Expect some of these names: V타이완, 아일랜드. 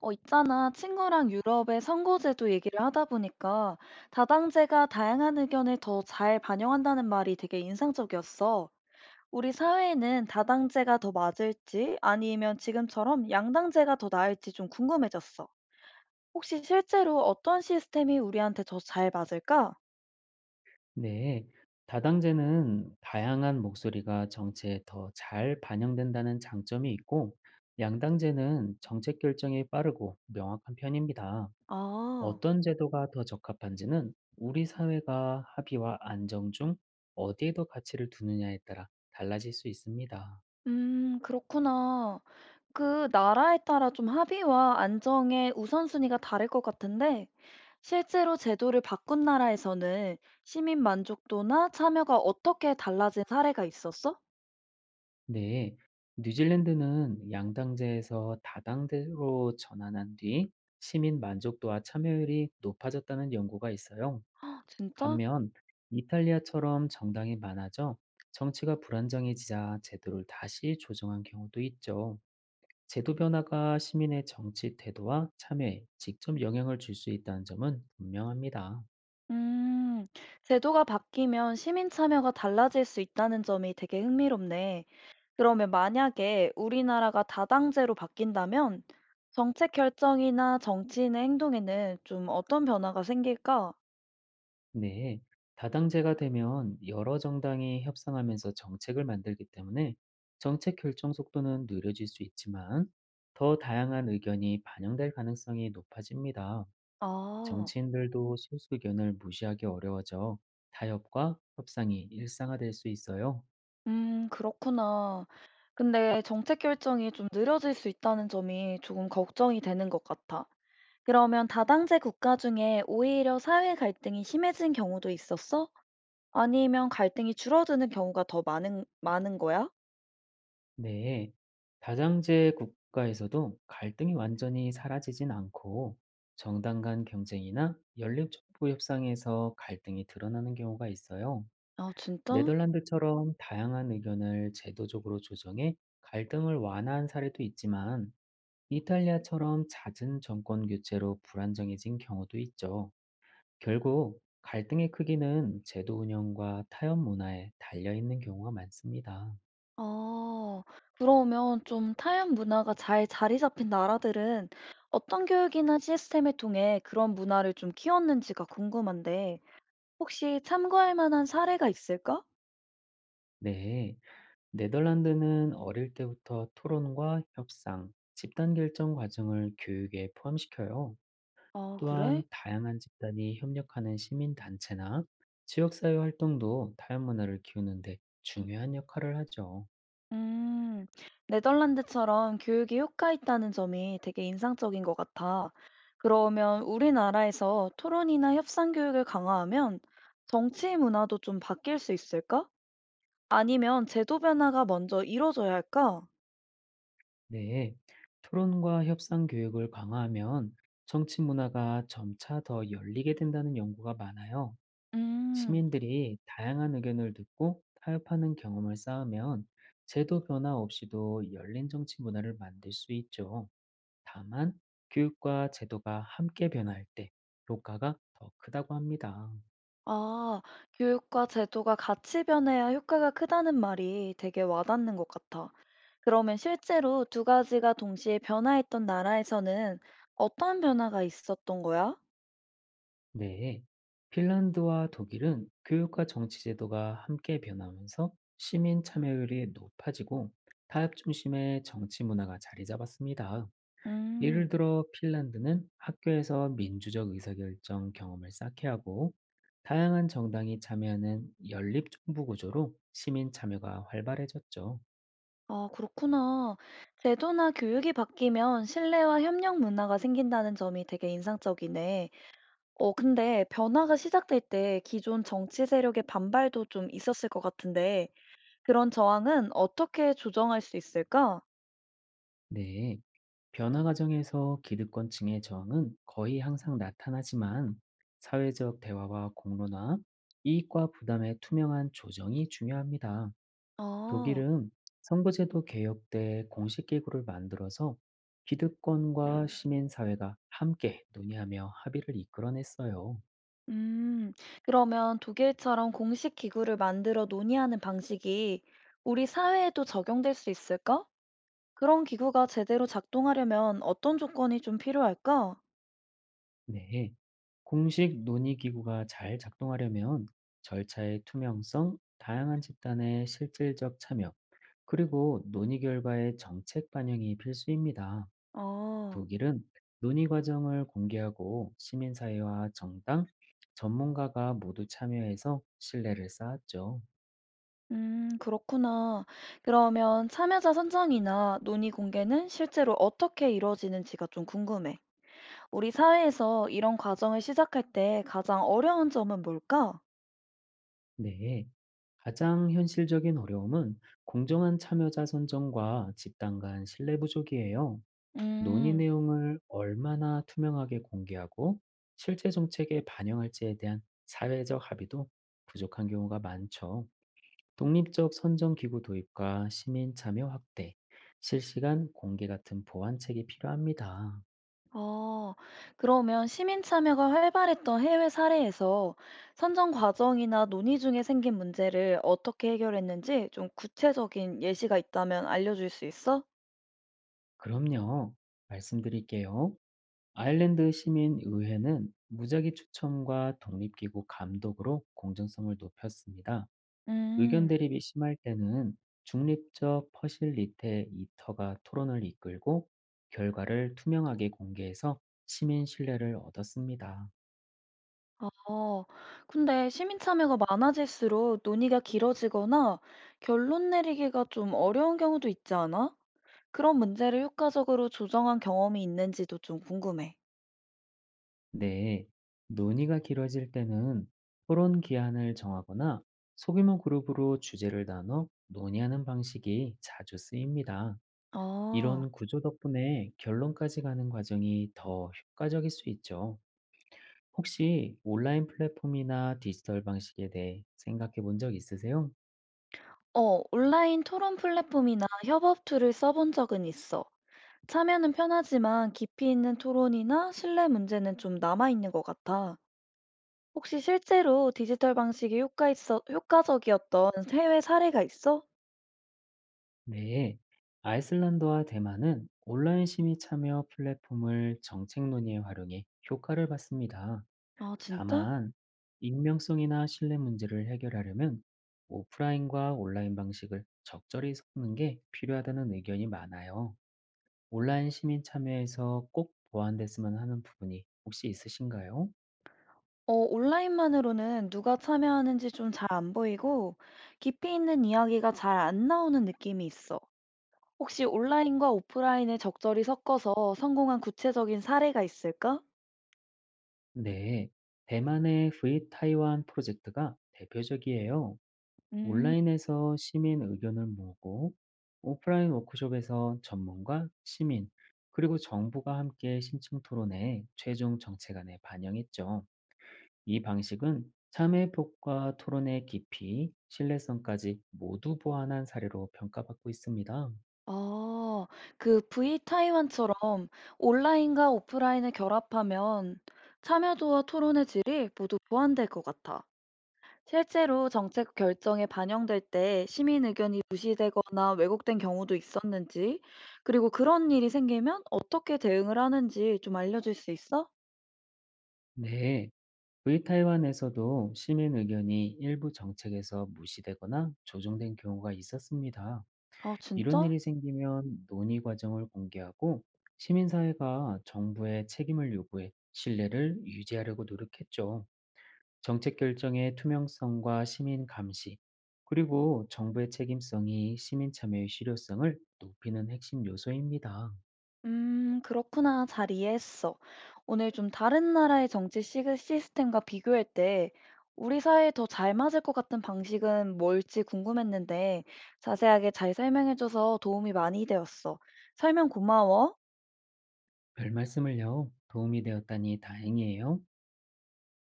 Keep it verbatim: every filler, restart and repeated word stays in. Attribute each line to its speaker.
Speaker 1: 어, 있잖아. 친구랑 유럽의 선거제도 얘기를 하다 보니까 다당제가 다양한 의견을 더 잘 반영한다는 말이 되게 인상적이었어. 우리 사회에는 다당제가 더 맞을지 아니면 지금처럼 양당제가 더 나을지 좀 궁금해졌어. 혹시 실제로 어떤 시스템이 우리한테 더 잘 맞을까?
Speaker 2: 네, 다당제는 다양한 목소리가 정치에 더 잘 반영된다는 장점이 있고, 양당제는 정책 결정이 빠르고 명확한 편입니다.
Speaker 1: 아,
Speaker 2: 어떤 제도가 더 적합한지는 우리 사회가 합의와 안정 중 어디에 더 가치를 두느냐에 따라 달라질 수 있습니다.
Speaker 1: 음, 그렇구나. 그 나라에 따라 좀 합의와 안정의 우선순위가 다를 것 같은데, 실제로 제도를 바꾼 나라에서는 시민 만족도나 참여가 어떻게 달라진 사례가 있었어?
Speaker 2: 네, 뉴질랜드는 양당제에서 다당제로 전환한 뒤 시민 만족도와 참여율이 높아졌다는 연구가 있어요.
Speaker 1: 아, 진짜?
Speaker 2: 반면 이탈리아처럼 정당이 많아져 정치가 불안정해지자 제도를 다시 조정한 경우도 있죠. 제도 변화가 시민의 정치 태도와 참여에 직접 영향을 줄 수 있다는 점은 분명합니다.
Speaker 1: 음, 제도가 바뀌면 시민 참여가 달라질 수 있다는 점이 되게 흥미롭네. 그러면 만약에 우리나라가 다당제로 바뀐다면 정책 결정이나 정치인의 행동에는 좀 어떤 변화가 생길까?
Speaker 2: 네. 다당제가 되면 여러 정당이 협상하면서 정책을 만들기 때문에 정책 결정 속도는 느려질 수 있지만 더 다양한 의견이 반영될 가능성이 높아집니다.
Speaker 1: 아,
Speaker 2: 정치인들도 소수 의견을 무시하기 어려워져 타협과 협상이 일상화될 수 있어요.
Speaker 1: 음, 그렇구나. 근데 정책 결정이 좀 느려질 수 있다는 점이 조금 걱정이 되는 것 같아. 그러면 다당제 국가 중에 오히려 사회 갈등이 심해진 경우도 있었어? 아니면 갈등이 줄어드는 경우가 더 많은, 많은 거야?
Speaker 2: 네. 다당제 국가에서도 갈등이 완전히 사라지진 않고 정당 간 경쟁이나 연립정부 협상에서 갈등이 드러나는 경우가 있어요.
Speaker 1: 아, 진짜?
Speaker 2: 네덜란드처럼 다양한 의견을 제도적으로 조정해 갈등을 완화한 사례도 있지만 이탈리아처럼 잦은 정권 교체로 불안정해진 경우도 있죠. 결국 갈등의 크기는 제도 운영과 타협 문화에 달려 있는 경우가 많습니다.
Speaker 1: 아, 그러면 좀 타협 문화가 잘 자리 잡힌 나라들은 어떤 교육이나 시스템을 통해 그런 문화를 좀 키웠는지가 궁금한데, 혹시 참고할 만한 사례가 있을까?
Speaker 2: 네, 네덜란드는 어릴 때부터 토론과 협상, 집단 결정 과정을 교육에 포함시켜요.
Speaker 1: 아,
Speaker 2: 또한
Speaker 1: 그래?
Speaker 2: 다양한 집단이 협력하는 시민단체나 지역사회 활동도 타협 문화를 키우는데 중요한 역할을 하죠.
Speaker 1: 음, 네덜란드처럼 교육이 효과 있다는 점이 되게 인상적인 것 같아. 그러면 우리나라에서 토론이나 협상 교육을 강화하면 정치 문화도 좀 바뀔 수 있을까? 아니면 제도 변화가 먼저 이뤄져야 할까?
Speaker 2: 네, 토론과 협상 교육을 강화하면 정치 문화가 점차 더 열리게 된다는 연구가 많아요.
Speaker 1: 음,
Speaker 2: 시민들이 다양한 의견을 듣고 타협하는 경험을 쌓으면 제도 변화 없이도 열린 정치 문화를 만들 수 있죠. 다만 교육과 제도가 함께 변화할 때 효과가 더 크다고 합니다.
Speaker 1: 아, 교육과 제도가 같이 변해야 효과가 크다는 말이 되게 와닿는 것 같아. 그러면 실제로 두 가지가 동시에 변화했던 나라에서는 어떤 변화가 있었던 거야?
Speaker 2: 네. 핀란드와 독일은 교육과 정치 제도가 함께 변하면서 시민 참여율이 높아지고 타협 중심의 정치 문화가 자리 잡았습니다. 예를
Speaker 1: 음.
Speaker 2: 들어 핀란드는 학교에서 민주적 의사결정 경험을 쌓게 하고 다양한 정당이 참여하는 연립정부 구조로 시민 참여가 활발해졌죠.
Speaker 1: 아, 그렇구나. 제도나 교육이 바뀌면 신뢰와 협력 문화가 생긴다는 점이 되게 인상적이네. 어, 근데 변화가 시작될 때 기존 정치 세력의 반발도 좀 있었을 것 같은데, 그런 저항은 어떻게 조정할 수 있을까?
Speaker 2: 네, 변화 과정에서 기득권층의 저항은 거의 항상 나타나지만 사회적 대화와 공론화, 이익과 부담의 투명한 조정이 중요합니다.
Speaker 1: 아,
Speaker 2: 독일은 선거제도 개혁 때 공식 기구를 만들어서 기득권과 시민사회가 함께 논의하며 합의를 이끌어냈어요.
Speaker 1: 음, 그러면 독일처럼 공식 기구를 만들어 논의하는 방식이 우리 사회에도 적용될 수 있을까? 그런 기구가 제대로 작동하려면 어떤 조건이 좀 필요할까?
Speaker 2: 네. 공식 논의기구가 잘 작동하려면 절차의 투명성, 다양한 집단의 실질적 참여, 그리고 논의 결과의 정책 반영이 필수입니다.
Speaker 1: 아.
Speaker 2: 독일은 논의 과정을 공개하고 시민사회와 정당, 전문가가 모두 참여해서 신뢰를 쌓았죠.
Speaker 1: 음, 그렇구나. 그러면 참여자 선정이나 논의 공개는 실제로 어떻게 이루어지는지가 좀 궁금해. 우리 사회에서 이런 과정을 시작할 때 가장 어려운 점은 뭘까?
Speaker 2: 네. 가장 현실적인 어려움은 공정한 참여자 선정과 집단 간 신뢰 부족이에요. 논의
Speaker 1: 음,
Speaker 2: 내용을 얼마나 투명하게 공개하고 실제 정책에 반영할지에 대한 사회적 합의도 부족한 경우가 많죠. 독립적 선정 기구 도입과 시민 참여 확대, 실시간 공개 같은 보완책이 필요합니다.
Speaker 1: 아, 그러면 시민 참여가 활발했던 해외 사례에서 선정 과정이나 논의 중에 생긴 문제를 어떻게 해결했는지 좀 구체적인 예시가 있다면 알려줄 수 있어?
Speaker 2: 그럼요. 말씀드릴게요. 아일랜드 시민의회는 무작위 추첨과 독립기구 감독으로 공정성을 높였습니다. 의견
Speaker 1: 음.
Speaker 2: 대립이 심할 때는 중립적 퍼실리테 이터가 토론을 이끌고 결과를 투명하게 공개해서 시민 신뢰를 얻었습니다.
Speaker 1: 어, 근데 시민 참여가 많아질수록 논의가 길어지거나 결론 내리기가 좀 어려운 경우도 있지 않아? 그런 문제를 효과적으로 조정한 경험이 있는지도 좀 궁금해.
Speaker 2: 네, 논의가 길어질 때는 토론 기한을 정하거나 소규모 그룹으로 주제를 나눠 논의하는 방식이 자주 쓰입니다.
Speaker 1: 어,
Speaker 2: 이런 구조 덕분에 결론까지 가는 과정이 더 효과적일 수 있죠. 혹시 온라인 플랫폼이나 디지털 방식에 대해 생각해 본 적 있으세요?
Speaker 1: 어, 온라인 토론 플랫폼이나 협업 툴을 써본 적은 있어. 참여는 편하지만 깊이 있는 토론이나 신뢰 문제는 좀 남아있는 것 같아. 혹시 실제로 디지털 방식이 효과 있어, 효과적이었던 해외 사례가 있어?
Speaker 2: 네. 아이슬란드와 대만은 온라인 시민 참여 플랫폼을 정책 논의에 활용해 효과를 봤습니다.
Speaker 1: 아, 진짜?
Speaker 2: 다만, 익명성이나 신뢰 문제를 해결하려면 오프라인과 온라인 방식을 적절히 섞는 게 필요하다는 의견이 많아요. 온라인 시민 참여에서 꼭 보완됐으면 하는 부분이 혹시 있으신가요?
Speaker 1: 어, 온라인만으로는 누가 참여하는지 좀 잘 안 보이고 깊이 있는 이야기가 잘 안 나오는 느낌이 있어. 혹시 온라인과 오프라인을 적절히 섞어서 성공한 구체적인 사례가 있을까?
Speaker 2: 네, 대만의 브이 타이완 프로젝트가 대표적이에요.
Speaker 1: 음,
Speaker 2: 온라인에서 시민 의견을 모으고 오프라인 워크숍에서 전문가, 시민, 그리고 정부가 함께 신청 토론에 최종 정책안에 반영했죠. 이 방식은 참여 폭과 토론의 깊이, 신뢰성까지 모두 보완한 사례로 평가받고 있습니다.
Speaker 1: 아, 그 브이 타이완처럼 온라인과 오프라인을 결합하면 참여도와 토론의 질이 모두 보완될 것 같아. 실제로 정책 결정에 반영될 때 시민 의견이 무시되거나 왜곡된 경우도 있었는지, 그리고 그런 일이 생기면 어떻게 대응을 하는지 좀 알려줄 수 있어?
Speaker 2: 네, 북이완에서도 시민 의견이 일부 정책에서 무시되거나 조정된 경우가 있었습니다.
Speaker 1: 아,
Speaker 2: 이런
Speaker 1: 진짜?
Speaker 2: 일이 생기면 논의 과정을 공개하고 시민사회가 정부의 책임을 요구해 신뢰를 유지하려고 노력했죠. 정책 결정의 투명성과 시민 감시, 그리고 정부의 책임성이 시민 참여의 실효성을 높이는 핵심 요소입니다.
Speaker 1: 음, 그렇구나. 잘 이해했어. 오늘 좀 다른 나라의 정치 시- 시스템과 비교할 때 우리 사회에 더 잘 맞을 것 같은 방식은 뭘지 궁금했는데 자세하게 잘 설명해줘서 도움이 많이 되었어. 설명 고마워.
Speaker 2: 별 말씀을요. 도움이 되었다니 다행이에요.